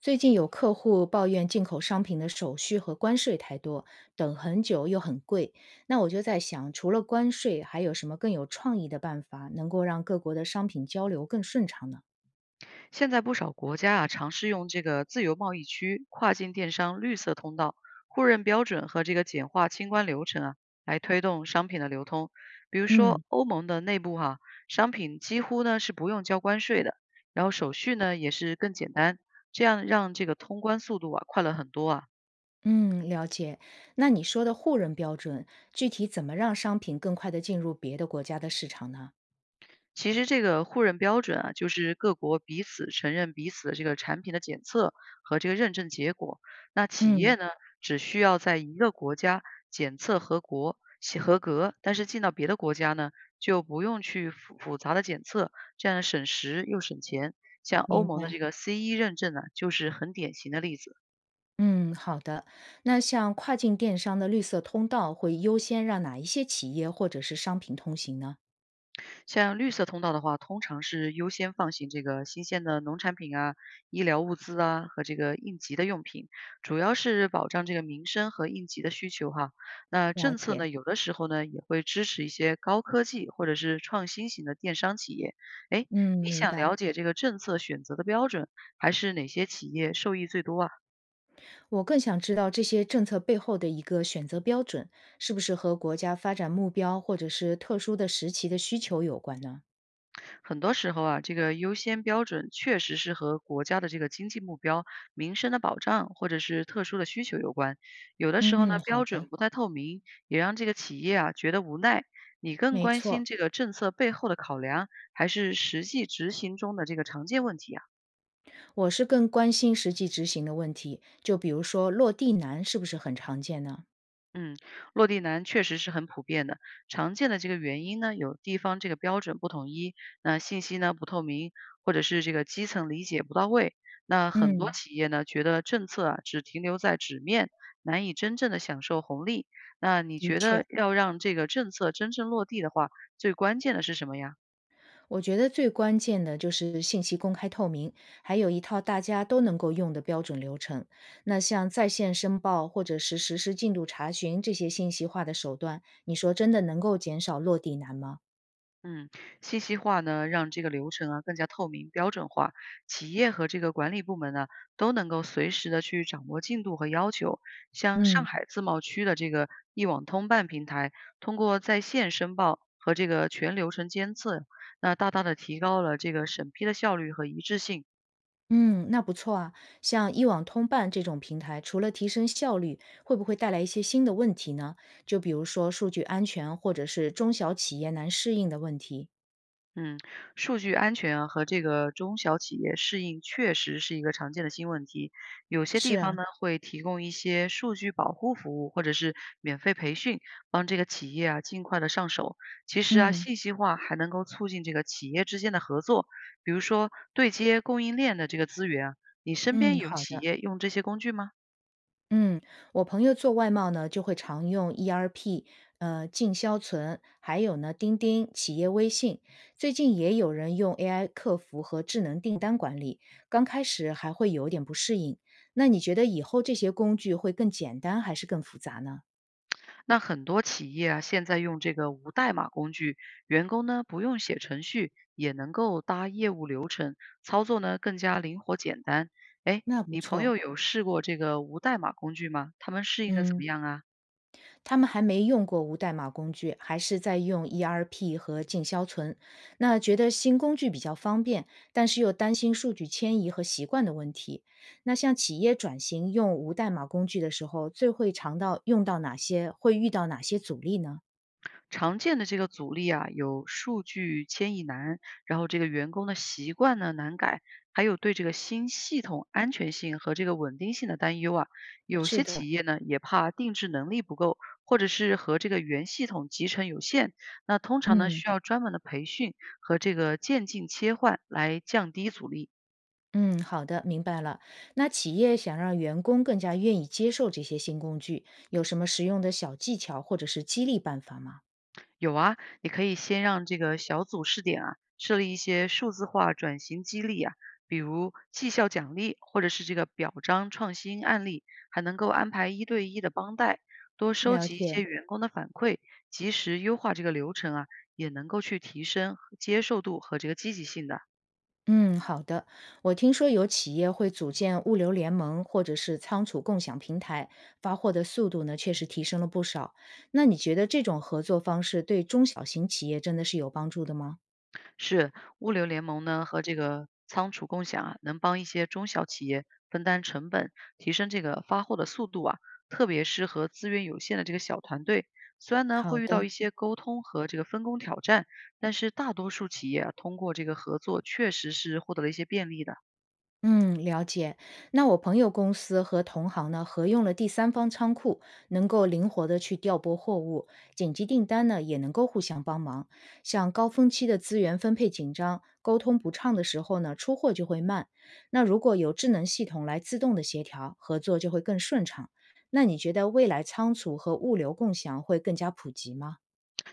最近有客户抱怨进口商品的手续和关税太多，等很久又很贵。那我就在想，除了关税，还有什么更有创意的办法能够让各国的商品交流更顺畅呢？现在不少国家啊，尝试用这个自由贸易区、跨境电商绿色通道、互认标准和这个简化清关流程啊，来推动商品的流通。比如说，嗯欧盟的内部哈、商品几乎呢是不用交关税的，然后手续呢也是更简单，这样让这个通关速度啊快了很多啊。嗯，了解。那你说的互认标准，具体怎么让商品更快的进入别的国家的市场呢？其实这个互认标准啊，就是各国彼此承认彼此的这个产品的检测和这个认证结果。那企业嗯，呢，只需要在一个国家检测合格，写合格，但是进到别的国家呢，就不用去复杂的检测，这样省时又省钱。像欧明盟的白。这个 CE 认证呢，就是很典型的例子。嗯，好的。那像跨境电商的绿色通道会优先让哪一些企业或者是商品通行呢？像绿色通道的话，通常是优先放行这个新鲜的农产品啊、医疗物资啊和这个应急的用品，主要是保障这个民生和应急的需求哈。那了政策解。呢，有的时候呢也会支持一些高科技或者是创新型的电商企业。哎，嗯，你明想白。了解这个政策选择的标准，还是哪些企业受益最多啊？我更想知道这些政策背后的一个选择标准，是不是和国家发展目标或者是特殊的时期的需求有关呢？很多时候啊，这个优先标准确实是和国家的这个经济目标、民生的保障或者是特殊的需求有关。有的时候嗯，呢，好标准的，不太透明，也让这个企业啊觉得无奈。你更没关错，心这个政策背后的考量，还是实际执行中的这个常见问题啊？我是更关心实际执行的问题，就比如说落地难是不是很常见呢？嗯，落地难确实是很普遍的。常见的这个原因呢，有地方这个标准不统一，那信息呢不透明，或者是这个基层理解不到位。那很多嗯，企业呢，觉得政策啊只停留在纸面，难以真正的享受红利。那你的觉确，得要让这个政策真正落地的话，最关键的是什么呀？我觉得最关键的就是信息公开透明，还有一套大家都能够用的标准流程。那像在线申报或者是实施进度查询这些信息化的手段，你说真的能够减少落地难吗？嗯，信息化呢，让这个流程啊更加透明、标准化，企业和这个管理部门呢都能够随时的去掌握进度和要求。像上嗯海自贸区的这个一网通办平台，通过在线申报和这个全流程监测，那大大的提高了这个审批的效率和一致性。嗯，那不错啊。像一网通办这种平台，除了提升效率，会不会带来一些新的问题呢？就比如说数据安全，或者是中小企业难适应的问题。嗯，数据安全和这个中小企业适应确实是一个常见的新问题。有些是地方啊，呢会提供一些数据保护服务，或者是免费培训，帮这个企业啊尽快的上手。其实啊，嗯信息化还能够促进这个企业之间的合作，比如说对接供应链的这个资源啊。你身嗯，边有好企的。业用这些工具吗？嗯，我朋友做外贸呢，就会常用 ERP，进销存，还有呢，钉钉、企业微信。最近也有人用 AI 客服和智能订单管理，刚开始还会有点不适应。那你觉得以后这些工具会更简单还是更复杂呢？那很多企业啊，现在用这个无代码工具，员工呢不用写程序，也能够搭业务流程，操作呢更加灵活简单。哎，那不你朋错，友有试过这个无代码工具吗？他们适应的怎嗯。么样啊？他们还没用过无代码工具，还是在用 ERP 和进销存。那觉得新工具比较方便，但是又担心数据迁移和习惯的问题。那像企业转型用无代码工具的时候，最会尝到用到哪些，会遇到哪些阻力呢？常见的这个阻力啊，有数据迁移难，然后这个员工的习惯呢难改，还有对这个新系统安全性和这个稳定性的担忧啊。有是些的，企业呢也怕定制能力不够，或者是和这个原系统集成有限，那通常呢嗯需要专门的培训和这个渐进切换来降低阻力。嗯，好的，明白了。那企业想让员工更加愿意接受这些新工具，有什么实用的小技巧或者是激励办法吗？有啊，你可以先让这个小组试点啊，设立一些数字化转型激励啊，比如绩效奖励，或者是这个表彰创新案例，还能够安排一对一的帮带，多收了集一些解。员工的反馈，及时优化这个流程啊，也能够去提升接受度和这个积极性的。嗯，好的。我听说有企业会组建物流联盟或者是仓储共享平台，发货的速度呢确实提升了不少。那你觉得这种合作方式对中小型企业真的是有帮助的吗？是，物流联盟呢和这个仓储共享啊，能帮一些中小企业分担成本，提升这个发货的速度啊，特别适合资源有限的这个小团队。虽然呢好会遇到的，一些沟通和这个分工挑战，但是大多数企业啊通过这个合作确实是获得了一些便利的。嗯，了解。那我朋友公司和同行呢，合用了第三方仓库，能够灵活的去调拨货物，紧急订单呢也能够互相帮忙。像高峰期的资源分配紧张、沟通不畅的时候呢，出货就会慢。那如果有智能系统来自动的协调，合作就会更顺畅。那你觉得未来仓储和物流共享会更加普及吗？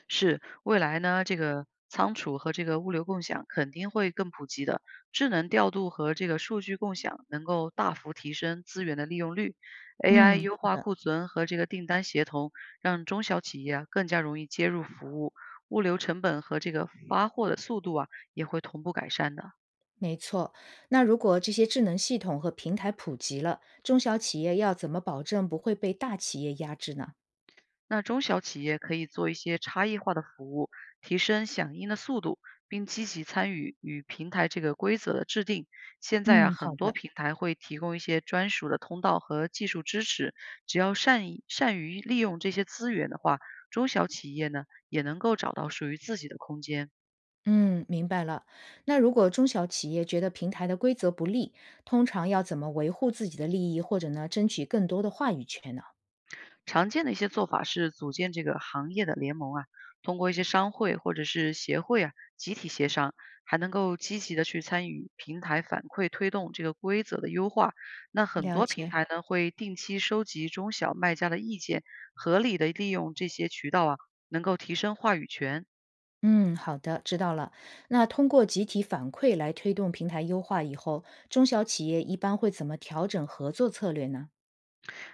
是，未来呢，这个仓储和这个物流共享肯定会更普及的。智能调度和这个数据共享能够大幅提升资源的利用率，AI 嗯，优是化的。库存和这个订单协同，让中小企业啊更加容易接入服务，物流成本和这个发货的速度啊也会同步改善的。没错，那如果这些智能系统和平台普及了，中小企业要怎么保证不会被大企业压制呢？那中小企业可以做一些差异化的服务，提升响应的速度，并积极参与与平台这个规则的制定。现在啊，嗯，好很多的，平台会提供一些专属的通道和技术支持，只要善于利用这些资源的话，中小企业呢也能够找到属于自己的空间。嗯，明白了。那如果中小企业觉得平台的规则不利，通常要怎么维护自己的利益，或者呢，争取更多的话语权呢？常见的一些做法是组建这个行业的联盟啊，通过一些商会或者是协会啊，集体协商，还能够积极的去参与平台反馈，推动这个规则的优化。那很了多平解。台呢会定期收集中小卖家的意见，合理的利用这些渠道啊，能够提升话语权。嗯，好的，知道了。那通过集体反馈来推动平台优化以后，中小企业一般会怎么调整合作策略呢？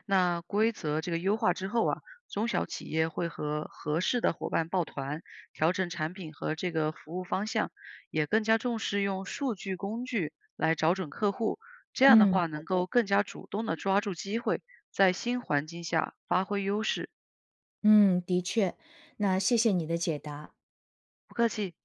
那规则这个优化之后啊，中小企业会和合适的伙伴抱团，调整产品和这个服务方向，也更加重视用数据工具来找准客户。这样的嗯，话，好能的。够更加主动的抓住机会，在新环境下发挥优势。嗯，的确。那谢谢你的解答。不客气。